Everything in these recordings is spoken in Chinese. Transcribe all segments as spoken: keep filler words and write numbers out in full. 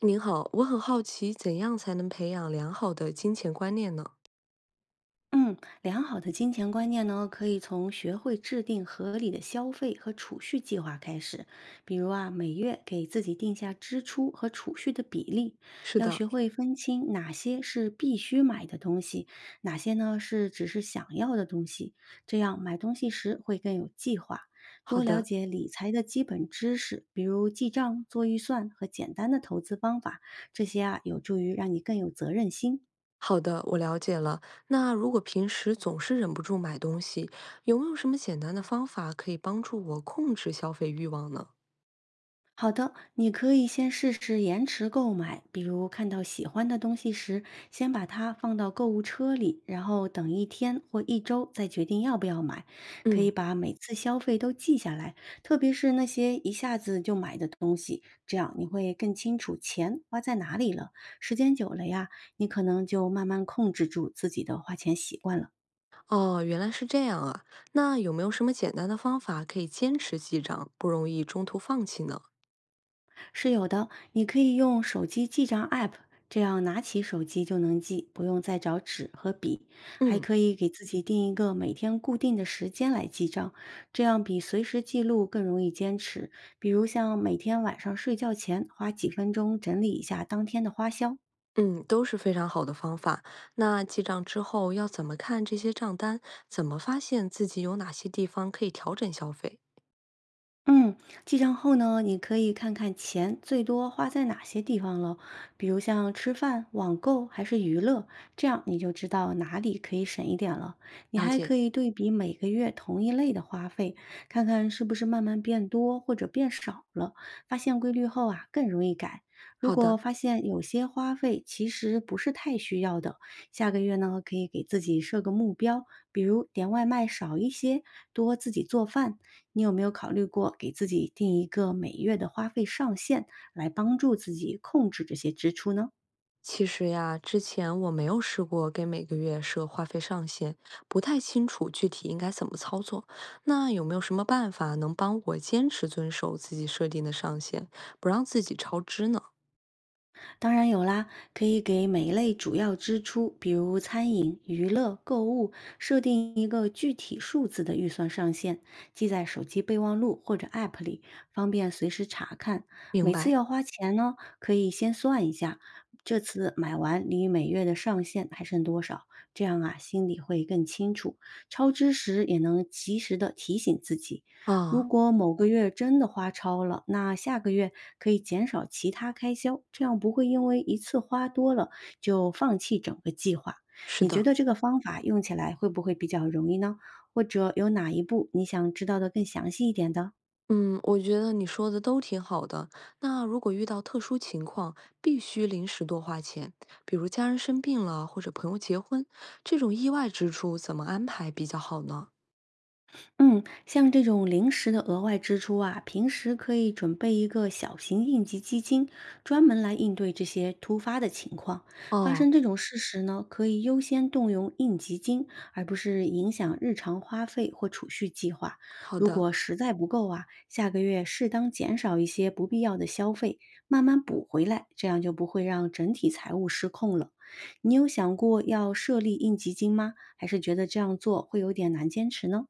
您好，我很好奇，怎样才能培养良好的金钱观念呢？嗯，良好的金钱观念呢，可以从学会制定合理的消费和储蓄计划开始。比如啊，每月给自己定下支出和储蓄的比例，是要的，学会分清哪些是必须买的东西，哪些呢是只是想要的东西。这样买东西时会更有计划。好多了的，解理财的基本知识，比如记账、做预算和简单的投资方法，这些啊有助于让你更有责任心。好的，我了解了。那如果平时总是忍不住买东西，有没有什么简单的方法可以帮助我控制消费欲望呢？好的，你可以先试试延迟购买，比如看到喜欢的东西时，先把它放到购物车里，然后等一天或一周再决定要不要买。可以嗯，把每次消费都记下来，特别是那些一下子就买的东西，这样你会更清楚钱花在哪里了。时间久了呀，你可能就慢慢控制住自己的花钱习惯了。哦，原来是这样啊。那有没有什么简单的方法可以坚持记账，不容易中途放弃呢？是有的，你可以用手机记账 App，这样拿起手机就能记，不用再找纸和笔。还嗯可以给自己定一个每天固定的时间来记账，这样比随时记录更容易坚持。比如像每天晚上睡觉前花几分钟整理一下当天的花销。嗯，都是非常好的方法。那记账之后要怎么看这些账单？怎么发现自己有哪些地方可以调整消费？嗯，记账后呢，你可以看看钱最多花在哪些地方了，比如像吃饭、网购还是娱乐，这样你就知道哪里可以省一点了。你了还可解，以对比每个月同一类的花费，看看是不是慢慢变多或者变少了。发现规律后啊，更容易改。如好果的。发现有些花费其实不是太需要的，下个月呢，可以给自己设个目标，比如点外卖少一些，多自己做饭，你有没有考虑过给自己定一个每月的花费上限，来帮助自己控制这些支出呢？其实呀，之前我没有试过给每个月设话费上限，不太清楚具体应该怎么操作。那有没有什么办法能帮我坚持遵守自己设定的上限，不让自己超支呢？当然有啦，可以给每一类主要支出，比如餐饮、娱乐、购物，设定一个具体数字的预算上限，记在手机备忘录或者 App 里，方便随时查看。明每次白要花钱呢，可以先算一下，这次买完离每月的上限还剩多少，这样啊，心里会更清楚。超支时也能及时的提醒自己。如啊，果某个月真的花超了，那下个月可以减少其他开销，这样不会因为一次花多了就放弃整个计划。是你觉的，得这个方法用起来会不会比较容易呢？或者有哪一步你想知道的更详细一点的？嗯，我觉得你说的都挺好的。那如果遇到特殊情况，必须临时多花钱，比如家人生病了或者朋友结婚，这种意外支出怎么安排比较好呢？嗯，像这种临时的额外支出啊，平时可以准备一个小型应急基金，专门来应对这些突发的情况。发哦，生这种事时呢，可以优先动用应急金，而不是影响日常花费或储蓄计划。好如的。果实在不够啊，下个月适当减少一些不必要的消费，慢慢补回来，这样就不会让整体财务失控了。你有想过要设立应急金吗？还是觉得这样做会有点难坚持呢？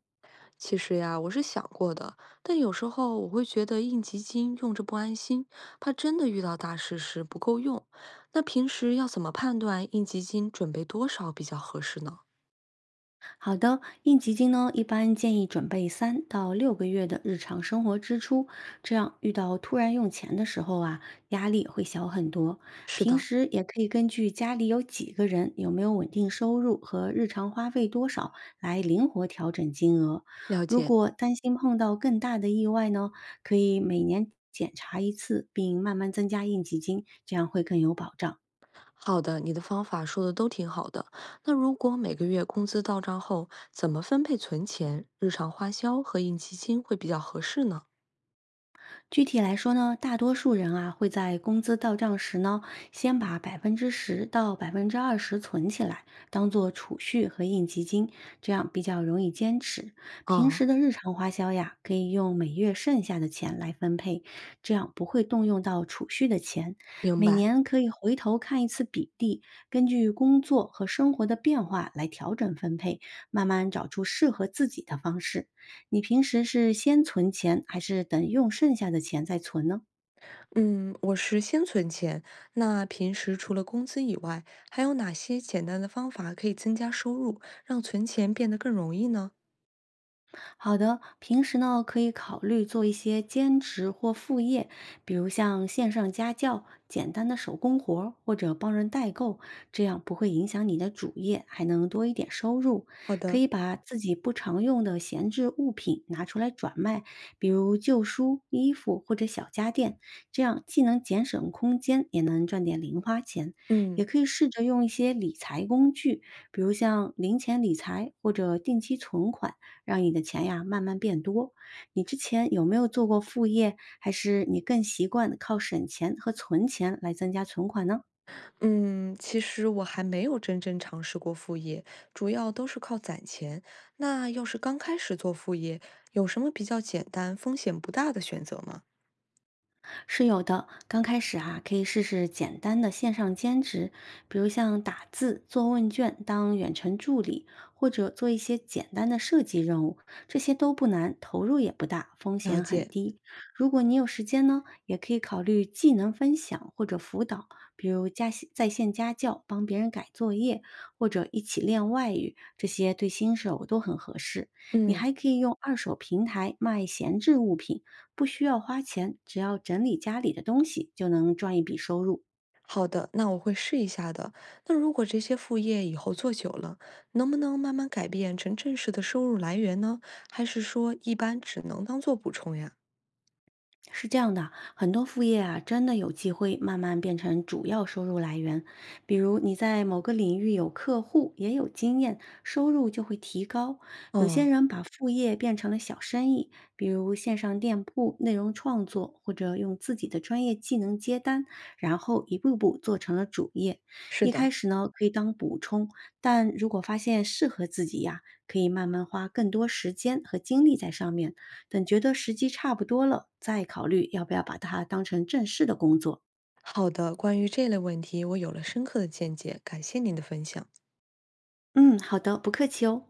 其实呀，我是想过的，但有时候我会觉得应急金用着不安心，怕真的遇到大事时不够用。那平时要怎么判断应急金准备多少比较合适呢？好的，应急金呢，一般建议准备三到六个月的日常生活支出，这样遇到突然用钱的时候啊，压力会小很多。是平的，时也可以根据家里有几个人、有没有稳定收入和日常花费多少来灵活调整金额。了如解。果担心碰到更大的意外呢，可以每年检查一次，并慢慢增加应急金，这样会更有保障。好的，你的方法说的都挺好的。那如果每个月工资到账后，怎么分配存钱、日常花销和应急金会比较合适呢？具体来说呢，大多数人啊会在工资到账时呢，先把百分之十到百分之二十存起来，当做储蓄和应急金，这样比较容易坚持。平时啊、的日常花销呀，可以用每月剩下的钱来分配，这样不会动用到储蓄的钱。明每白。年可以回头看一次比例，根据工作和生活的变化来调整分配，慢慢找出适合自己的方式。你平时是先存钱，还是等用剩下的钱再存呢？嗯，我是先存钱，那平时除了工资以外，还有哪些简单的方法可以增加收入，让存钱变得更容易呢？好的，平时呢可以考虑做一些兼职或副业，比如像线上家教、简单的手工活儿或者帮人代购，这样不会影响你的主业，还能多一点收入。好可的，以把自己不常用的闲置物品拿出来转卖，比如旧书、衣服或者小家电，这样既能节省空间，也能赚点零花钱。也嗯可以试着用一些理财工具，比如像零钱理财或者定期存款。让你的钱呀慢慢变多。你之前有没有做过副业，还是你更习惯靠省钱和存钱来增加存款呢？嗯，其实我还没有真正尝试过副业，主要都是靠攒钱。那要是刚开始做副业，有什么比较简单、风险不大的选择吗？是有的，刚开始啊，可以试试简单的线上兼职，比如像打字、做问卷、当远程助理，或者做一些简单的设计任务，这些都不难，投入也不大，风了险很解，低。如果你有时间呢，也可以考虑技能分享或者辅导，比如加在线家教，帮别人改作业，或者一起练外语，这些对新手都很合适。你嗯。还可以用二手平台卖闲置物品。不需要花钱，只要整理家里的东西就能赚一笔收入。好的，那我会试一下的。那如果这些副业以后做久了，能不能慢慢改变成正式的收入来源呢？还是说一般只能当做补充呀？是这样的，很多副业啊，真的有机会慢慢变成主要收入来源。比如你在某个领域有客户，也有经验，收入就会提高。有些嗯，人把副业变成了小生意，比如线上店铺、内容创作，或者用自己的专业技能接单，然后一步步做成了主业。是一的，开始呢，可以当补充，但如果发现适合自己呀、可以慢慢花更多时间和精力在上面。等觉得时机差不多了，再考虑要不要把它当成正式的工作。好的。关于这类问题，我有了深刻的见解，感谢您的分享。嗯，好的，不客气哦。